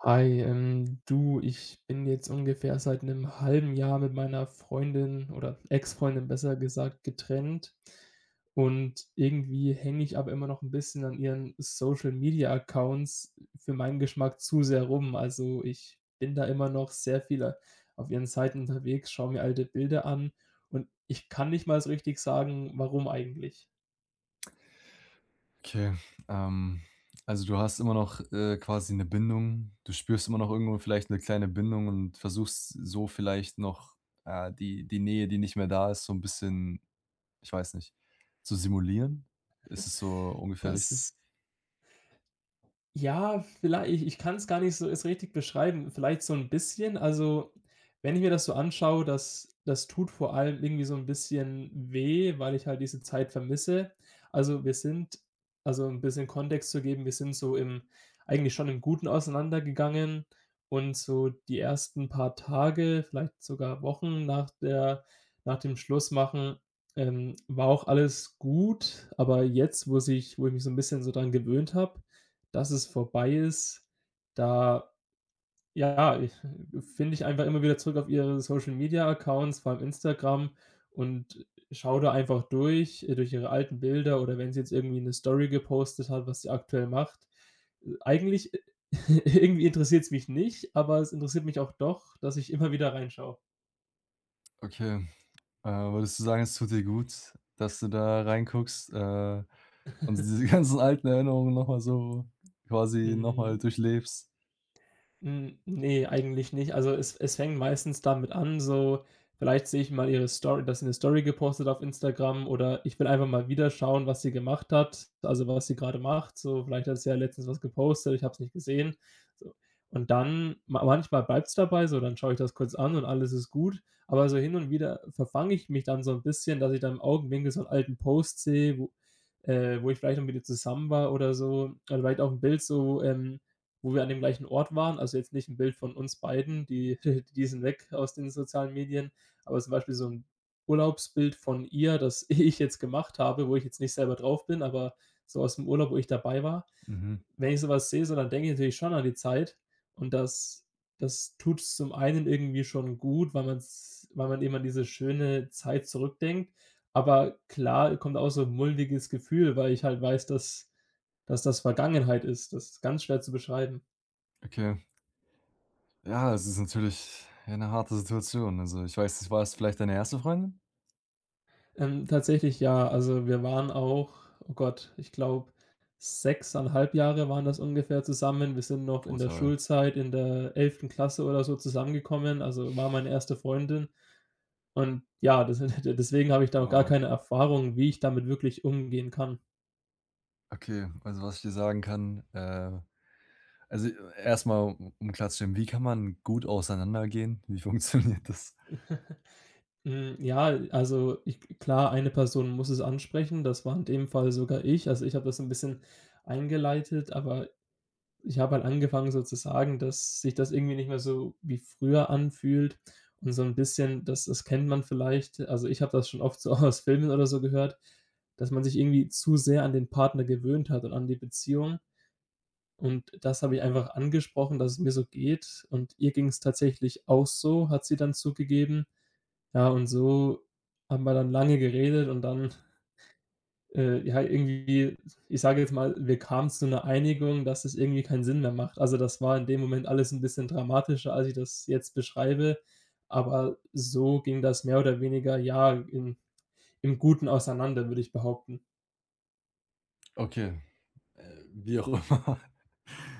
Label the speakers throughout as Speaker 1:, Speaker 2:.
Speaker 1: Hi, du, ich bin jetzt ungefähr seit einem halben Jahr mit meiner Freundin oder Ex-Freundin, besser gesagt, getrennt, und irgendwie hänge ich aber immer noch ein bisschen an ihren Social-Media-Accounts, für meinen Geschmack zu sehr, rum. Also, ich bin da immer noch sehr viel auf ihren Seiten unterwegs, schaue mir alte Bilder an und ich kann nicht mal so richtig sagen, warum eigentlich.
Speaker 2: Okay, ähm, also du hast immer noch, quasi eine Bindung. Du spürst immer noch irgendwo vielleicht eine kleine Bindung und versuchst so vielleicht noch, die Nähe, die nicht mehr da ist, so ein bisschen ich weiß nicht, zu simulieren? Ist es so ungefähr richtig?
Speaker 1: Das Ja, vielleicht, ich kann es gar nicht so erst richtig beschreiben. Vielleicht so ein bisschen. Also, wenn ich mir das so anschaue, das tut vor allem irgendwie so ein bisschen weh, weil ich halt diese Zeit vermisse. Also, wir sind Also, ein bisschen Kontext zu geben: Wir sind so im eigentlich schon im Guten auseinandergegangen, und so die ersten paar Tage, vielleicht sogar Wochen, nach dem Schlussmachen war auch alles gut. Aber jetzt, wo ich mich so ein bisschen so dran gewöhnt habe, dass es vorbei ist, da ja, ich finde ich einfach immer wieder zurück auf ihre Social-Media-Accounts, vor allem Instagram, und schaue da einfach durch ihre alten Bilder, oder wenn sie jetzt irgendwie eine Story gepostet hat, was sie aktuell macht. Eigentlich irgendwie interessiert es mich nicht, aber es interessiert mich auch doch, dass ich immer wieder reinschaue.
Speaker 2: Okay, würdest du sagen, es tut dir gut, dass du da reinguckst, und diese ganzen alten Erinnerungen noch mal so quasi noch mal
Speaker 1: Mhm.
Speaker 2: durchlebst?
Speaker 1: Ne, eigentlich nicht. Also, es fängt meistens damit an, so vielleicht sehe ich mal ihre Story dass sie eine Story gepostet auf Instagram, oder ich will einfach mal wieder schauen, was sie gemacht hat, also, was sie gerade macht. So, vielleicht hat sie ja letztens was gepostet, ich habe es nicht gesehen. So, und dann ma manchmal bleibt's dabei, so, dann schaue ich das kurz an und alles ist gut. Aber so hin und wieder verfange ich mich dann so ein bisschen, dass ich dann im Augenwinkel so einen alten Post sehe, wo ich vielleicht noch mit ihr zusammen war oder so, oder vielleicht auch ein Bild so, wo wir an dem gleichen Ort waren. Also jetzt nicht ein Bild von uns beiden, die die sind weg aus den sozialen Medien, aber zum Beispiel so ein Urlaubsbild von ihr, das ich jetzt gemacht habe, wo ich jetzt nicht selber drauf bin, aber so aus dem Urlaub, wo ich dabei war.
Speaker 2: Mhm,
Speaker 1: Wenn ich so was sehe, so dann denke ich natürlich schon an die Zeit, und das tut es zum einen irgendwie schon gut, weil man eben an diese schöne Zeit zurückdenkt, aber klar kommt auch so 'n mulmiges Gefühl, weil ich halt weiß, dass das Vergangenheit ist. Das ist ganz schwer zu beschreiben.
Speaker 2: okay. Ja, es ist natürlich eine harte Situation. Also, ich weiß nicht, war es vielleicht deine erste Freundin?
Speaker 1: Tatsächlich, ja. Also, wir waren auch, oh Gott, ich glaube, 6,5 Jahre waren das ungefähr zusammen. Wir sind noch in der
Speaker 2: Brutal.
Speaker 1: Schulzeit in der 11. Klasse oder so zusammengekommen, also, war meine erste Freundin. Und ja, das deswegen habe ich da auch gar
Speaker 2: Boah,
Speaker 1: keine Erfahrung, wie ich damit wirklich umgehen kann.
Speaker 2: okay, also, was ich dir sagen kann, also, erst mal, um klarzustellen, wie kann man gut auseinandergehen? Wie funktioniert das?
Speaker 1: Ja, also, ich klar, eine Person muss es ansprechen. Das war in dem Fall sogar ich. Also, ich habe das ein bisschen eingeleitet, aber ich habe halt angefangen, so zu sagen, dass sich das irgendwie nicht mehr so wie früher anfühlt, und so ein bisschen, das kennt man vielleicht, also, ich habe das schon oft so aus Filmen oder so gehört, dass man sich irgendwie zu sehr an den Partner gewöhnt hat und an die Beziehung. Und das habe ich einfach angesprochen, dass es mir so geht, und ihr ging es tatsächlich auch so, hat sie dann zugegeben. Ja, und so haben wir dann lange geredet und dann ja, irgendwie, ich sage jetzt mal, wir kamen zu einer Einigung, dass es irgendwie keinen Sinn mehr macht. Also, das war in dem Moment alles ein bisschen dramatischer, als ich das jetzt beschreibe, aber so ging das mehr oder weniger, ja, im Guten auseinander, würde ich behaupten.
Speaker 2: Okay, wie auch immer,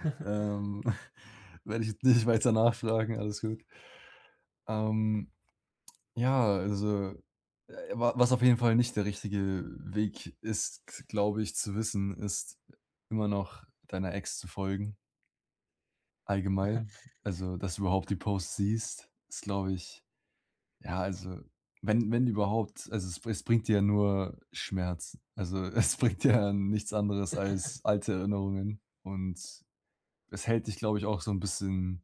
Speaker 2: ähm, werde ich jetzt nicht weiter nachfragen, alles gut. Ähm, ja, also, wa was auf jeden Fall nicht der richtige Weg ist, glaube ich, zu wissen, ist immer noch deiner Ex zu folgen. Allgemein, also, dass du überhaupt die Posts siehst, ist, glaube ich, ja, also, wenn überhaupt, also, es bringt dir ja nur Schmerz. Also, es bringt dir ja nichts anderes als alte Erinnerungen, und es hält dich, glaube ich, auch so ein bisschen,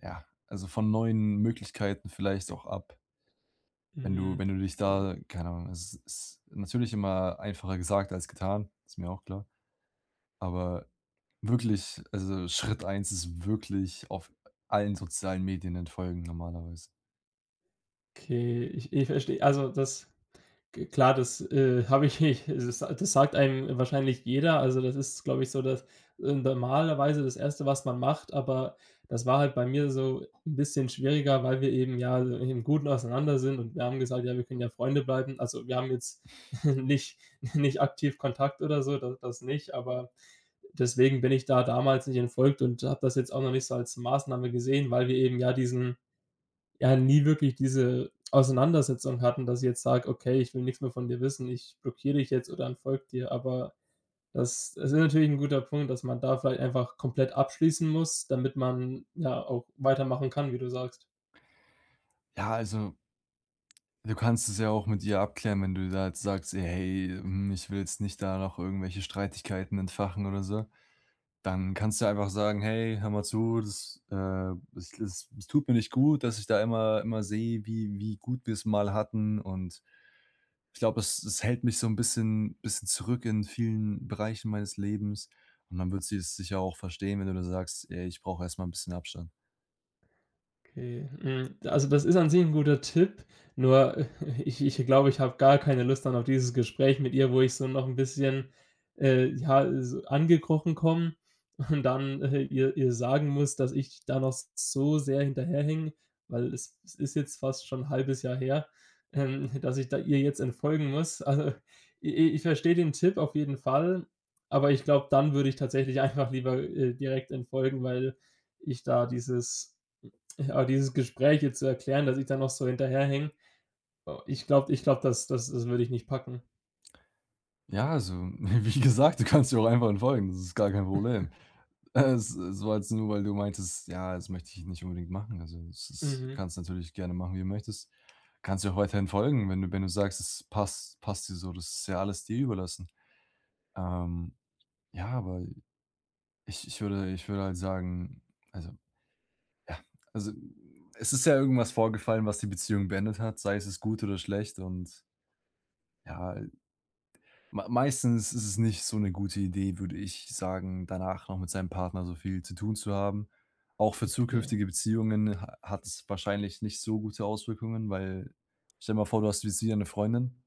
Speaker 2: ja, also, von neuen Möglichkeiten vielleicht auch ab, wenn
Speaker 1: Hm,
Speaker 2: du dich
Speaker 1: okay,
Speaker 2: da keine Ahnung, es ist natürlich immer einfacher gesagt als getan, ist mir auch klar. Aber wirklich, also Schritt eins ist wirklich auf allen sozialen Medien entfolgen normalerweise.
Speaker 1: okay, ich verstehe. Also, das G klar, das, habe ich nicht. Das sagt einem wahrscheinlich jeder. Also, das ist, glaube ich, so das normalerweise das erste, was man macht, aber das war halt bei mir so ein bisschen schwieriger, weil wir eben, ja, so im Guten auseinander sind, und wir haben gesagt: „Ja, wir können ja Freunde bleiben.“ Also, wir haben jetzt nicht nicht aktiv Kontakt oder so, da das nicht, aber deswegen bin ich da damals nicht entfolgt und habe das jetzt auch noch nicht so als Maßnahme gesehen, weil wir eben ja diesen ja, nie wirklich diese Auseinandersetzung hatten, dass ich jetzt sage: „Okay, ich will nichts mehr von dir wissen, ich blockiere dich jetzt oder unfolge dir.“ Aber das ist natürlich ein guter Punkt, dass man da vielleicht einfach komplett abschließen muss, damit man, ja, auch weitermachen kann, wie du sagst.
Speaker 2: Ja, also, du kannst es ja auch mit ihr abklären, wenn du da jetzt sagst: ey, „Hey, ich will jetzt nicht da noch irgendwelche Streitigkeiten entfachen oder so.“ Dann kannst du einfach sagen: „Hey, hör mal zu, das, es tut mir nicht gut, dass ich da immer sehe, wie gut wir es mal hatten und“ Ich glaube, es hält mich so ein bisschen zurück in vielen Bereichen meines Lebens, und dann wird sie es sicher auch verstehen, wenn du da sagst: „Ey, ich brauche erst mal 'n bisschen Abstand.“
Speaker 1: Okay, hm, also, das ist an sich ein guter Tipp, nur ich glaube, ich habe gar keine Lust dann auf dieses Gespräch mit ihr, wo ich so noch ein bisschen, ja, so angekrochen komme und dann, ihr sagen muss, dass ich da noch so sehr hinterherhänge, weil es ist jetzt fast schon 'n halbes Jahr her, dass ich da ihr jetzt entfolgen muss. Also, i ich verstehe den Tipp auf jeden Fall, aber ich glaube, dann würde ich tatsächlich einfach lieber, direkt entfolgen, weil ich da dieses ja, aber dieses Gespräch jetzt zu erklären, dass ich da noch so hinterherhänge, oh, ich glaube, das würde ich nicht packen.
Speaker 2: Ja, also, wie gesagt, du kannst ihr auch einfach entfolgen, das ist gar kein Problem. Es war jetzt nur, weil du meintest: „Ja, das möchte ich nicht unbedingt machen.“ Also, es ist
Speaker 1: Mhm.
Speaker 2: kannst natürlich gerne machen, wie du möchtest. Kannst ihr auch weiterhin folgen, wenn du sagst, es passt dir so. Das ist ja alles dir überlassen. Ähm, ja, aber ich würde halt sagen, also, ja, also, es ist ja irgendwas vorgefallen, was die Beziehung beendet hat, sei es gut oder schlecht, und ja, meistens ist es nicht so eine gute Idee, würde ich sagen, danach noch mit seinem Partner so viel zu tun zu haben. Auch für
Speaker 1: Okay.
Speaker 2: zukünftige Beziehungen ha hat es wahrscheinlich nicht so gute Auswirkungen, weil stell dir mal vor, du hast jetzt wieder eine Freundin,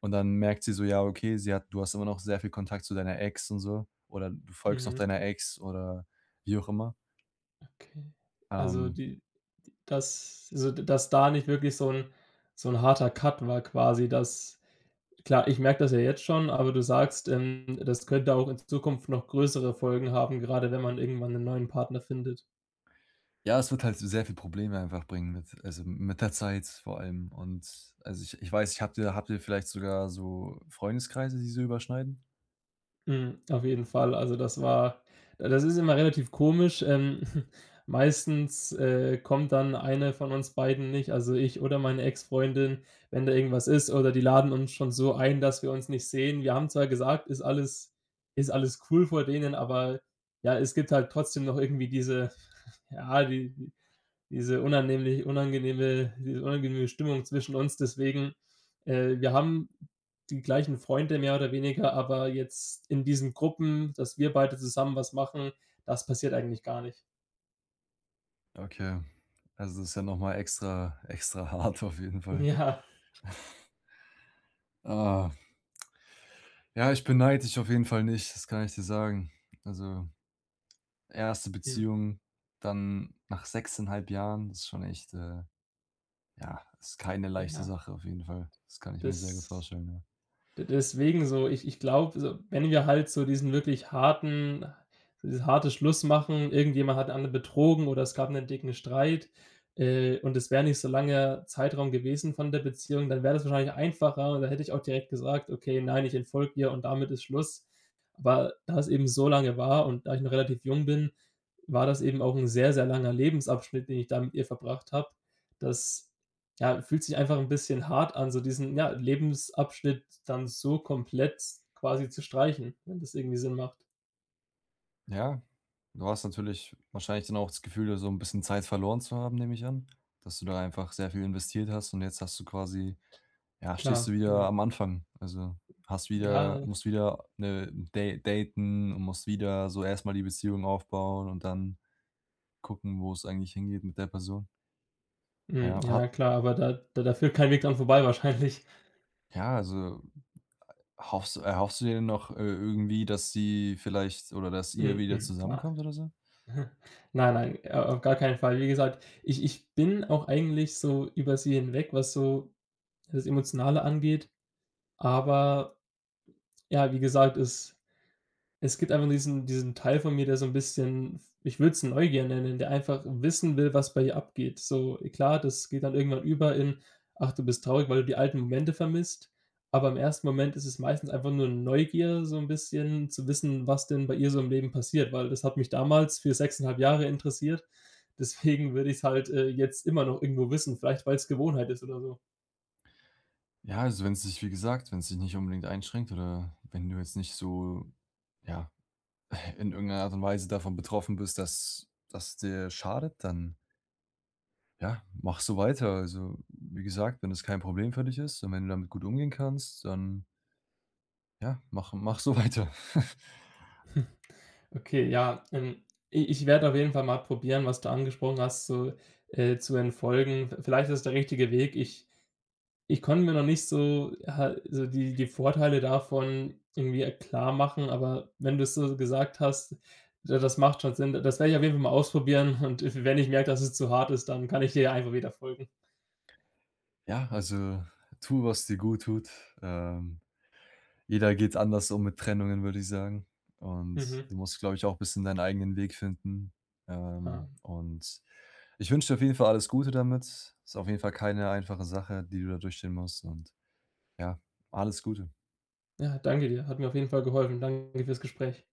Speaker 2: und dann merkt sie so: „Ja, okay, sie hat du hast immer noch sehr viel Kontakt zu deiner Ex und so“ oder du folgst noch
Speaker 1: Mhm.
Speaker 2: deiner Ex oder wie auch immer.
Speaker 1: Okay. Also,
Speaker 2: Ähm,
Speaker 1: die die dass also, dass da nicht wirklich so ein harter Cut war, quasi, dass klar, ich merke das ja jetzt schon, aber du sagst, das könnte auch in Zukunft noch größere Folgen haben, gerade wenn man irgendwann einen neuen Partner findet.
Speaker 2: ja, es wird halt sehr viel Probleme einfach bringen mit, also, mit der Zeit vor allem. Und also, ich weiß, ich habt ihr vielleicht sogar so Freundeskreise, die so überschneiden?
Speaker 1: Mhm, auf jeden Fall. Also, das ist immer relativ komisch. Meistens kommt dann eine von uns beiden nicht, also ich oder meine Ex-Freundin, wenn da irgendwas ist, oder die laden uns schon so ein, dass wir uns nicht sehen. Wir haben zwar gesagt: „Ist alles ist alles cool“ vor denen, aber ja, es gibt halt trotzdem noch irgendwie diese ja, die diese unannehmlich unangenehme diese unangenehme Stimmung zwischen uns. Deswegen, wir haben die gleichen Freunde mehr oder weniger, aber jetzt in diesen Gruppen, dass wir beide zusammen was machen, das passiert eigentlich gar nicht.
Speaker 2: Okay. Also, das ist ja noch mal extra hart auf jeden Fall.
Speaker 1: Ja,
Speaker 2: Ah, ja, ich beneide dich auf jeden Fall nicht, das kann ich dir sagen. Also, erste
Speaker 1: ja,
Speaker 2: Beziehung, dann nach sechseinhalb Jahren, das ist schon echt, äh, ja, ist keine leichte
Speaker 1: ja,
Speaker 2: Sache auf jeden Fall. Das kann ich mir sehr gut
Speaker 1: das
Speaker 2: vorstellen, ja.
Speaker 1: D deswegen so, ich glaube, so, wenn wir halt so diesen wirklich harten so dieses harte Schluss machen, irgendjemand hat den anderen betrogen oder es gab 'nen dicken Streit, und es wäre nicht so langer Zeitraum gewesen von der Beziehung, dann wäre das wahrscheinlich einfacher und dann hätte ich auch direkt gesagt: „Okay, nein, ich entfolge dir und damit ist Schluss.“ Aber da es eben so lange war und da ich noch relativ jung bin, war das eben auch 'n sehr, sehr langer Lebensabschnitt, den ich da mit ihr verbracht habe. Das, ja, fühlt sich einfach 'n bisschen hart an, so diesen, ja, Lebensabschnitt dann so komplett quasi zu streichen, wenn das irgendwie Sinn macht.
Speaker 2: Ja, du hast natürlich wahrscheinlich dann auch das Gefühl, so ein bisschen Zeit verloren zu haben, nehme ich an, dass du da einfach sehr viel investiert hast, und jetzt hast du quasi, ja, stehst
Speaker 1: Klar,
Speaker 2: du wieder
Speaker 1: ja.
Speaker 2: am Anfang. Also, hast wieder
Speaker 1: Ja,
Speaker 2: musst wieder, ne, da daten und musst wieder so erstmal die Beziehung aufbauen und dann gucken, wo es eigentlich hingeht mit der Person.
Speaker 1: mhm,
Speaker 2: Ja,
Speaker 1: ja
Speaker 2: ha
Speaker 1: klar, aber da führt kein Weg dran vorbei, wahrscheinlich.
Speaker 2: ja, also hoffst erhoffst du dir denn noch, irgendwie, dass sie vielleicht oder dass ihr wieder
Speaker 1: Mhm, na.
Speaker 2: zusammenkommt oder so?
Speaker 1: Nein, nein, auf gar keinen Fall. Wie gesagt, ich bin auch eigentlich so über sie hinweg, was so das Emotionale angeht. Aber ja, wie gesagt, es gibt einfach diesen Teil von mir, der so ein bisschen, ich würde es Neugier nennen, der einfach wissen will, was bei ihr abgeht. So, klar, das geht dann irgendwann über in: „Ach, du bist traurig, weil du die alten Momente vermisst.“ Aber im ersten Moment ist es meistens einfach nur Neugier, so ein bisschen zu wissen, was denn bei ihr so im Leben passiert, weil das hat mich damals für 6,5 Jahre interessiert. Deswegen würde ich's halt, jetzt immer noch irgendwo wissen, vielleicht weil es Gewohnheit ist oder so.
Speaker 2: Ja, also wenn es dich, wie gesagt, wenn es dich nicht unbedingt einschränkt oder wenn du jetzt nicht so, ja, in irgendeiner Art und Weise davon betroffen bist, dass das dir schadet, dann, ja, mach so weiter. Also, wie gesagt, wenn es kein Problem für dich ist und wenn du damit gut umgehen kannst, dann, ja, mach so weiter.
Speaker 1: Okay, ja, i ich werde auf jeden Fall mal probieren, was du angesprochen hast, so, zu entfolgen. V vielleicht ist der richtige Weg. Ich konnte mir noch nicht so ha so die Vorteile davon irgendwie klarmachen, aber wenn du es so gesagt hast, da das macht schon Sinn. Das werde ich auf jeden Fall mal ausprobieren und wenn ich merke, dass es zu hart ist, dann kann ich dir ja einfach wieder folgen.
Speaker 2: Ja, also tu, was dir gut tut. Ähm, jeder geht anders um mit Trennungen, würde ich sagen. Und
Speaker 1: Mhm,
Speaker 2: du musst, glaube ich, auch ein bisschen deinen eigenen Weg finden.
Speaker 1: ah,
Speaker 2: Und ich wünsche dir auf jeden Fall alles Gute damit. Ist auf jeden Fall keine einfache Sache, die du da durchstehen musst, und ja, alles Gute.
Speaker 1: ja, danke dir. Hat mir auf jeden Fall geholfen. Danke fürs Gespräch.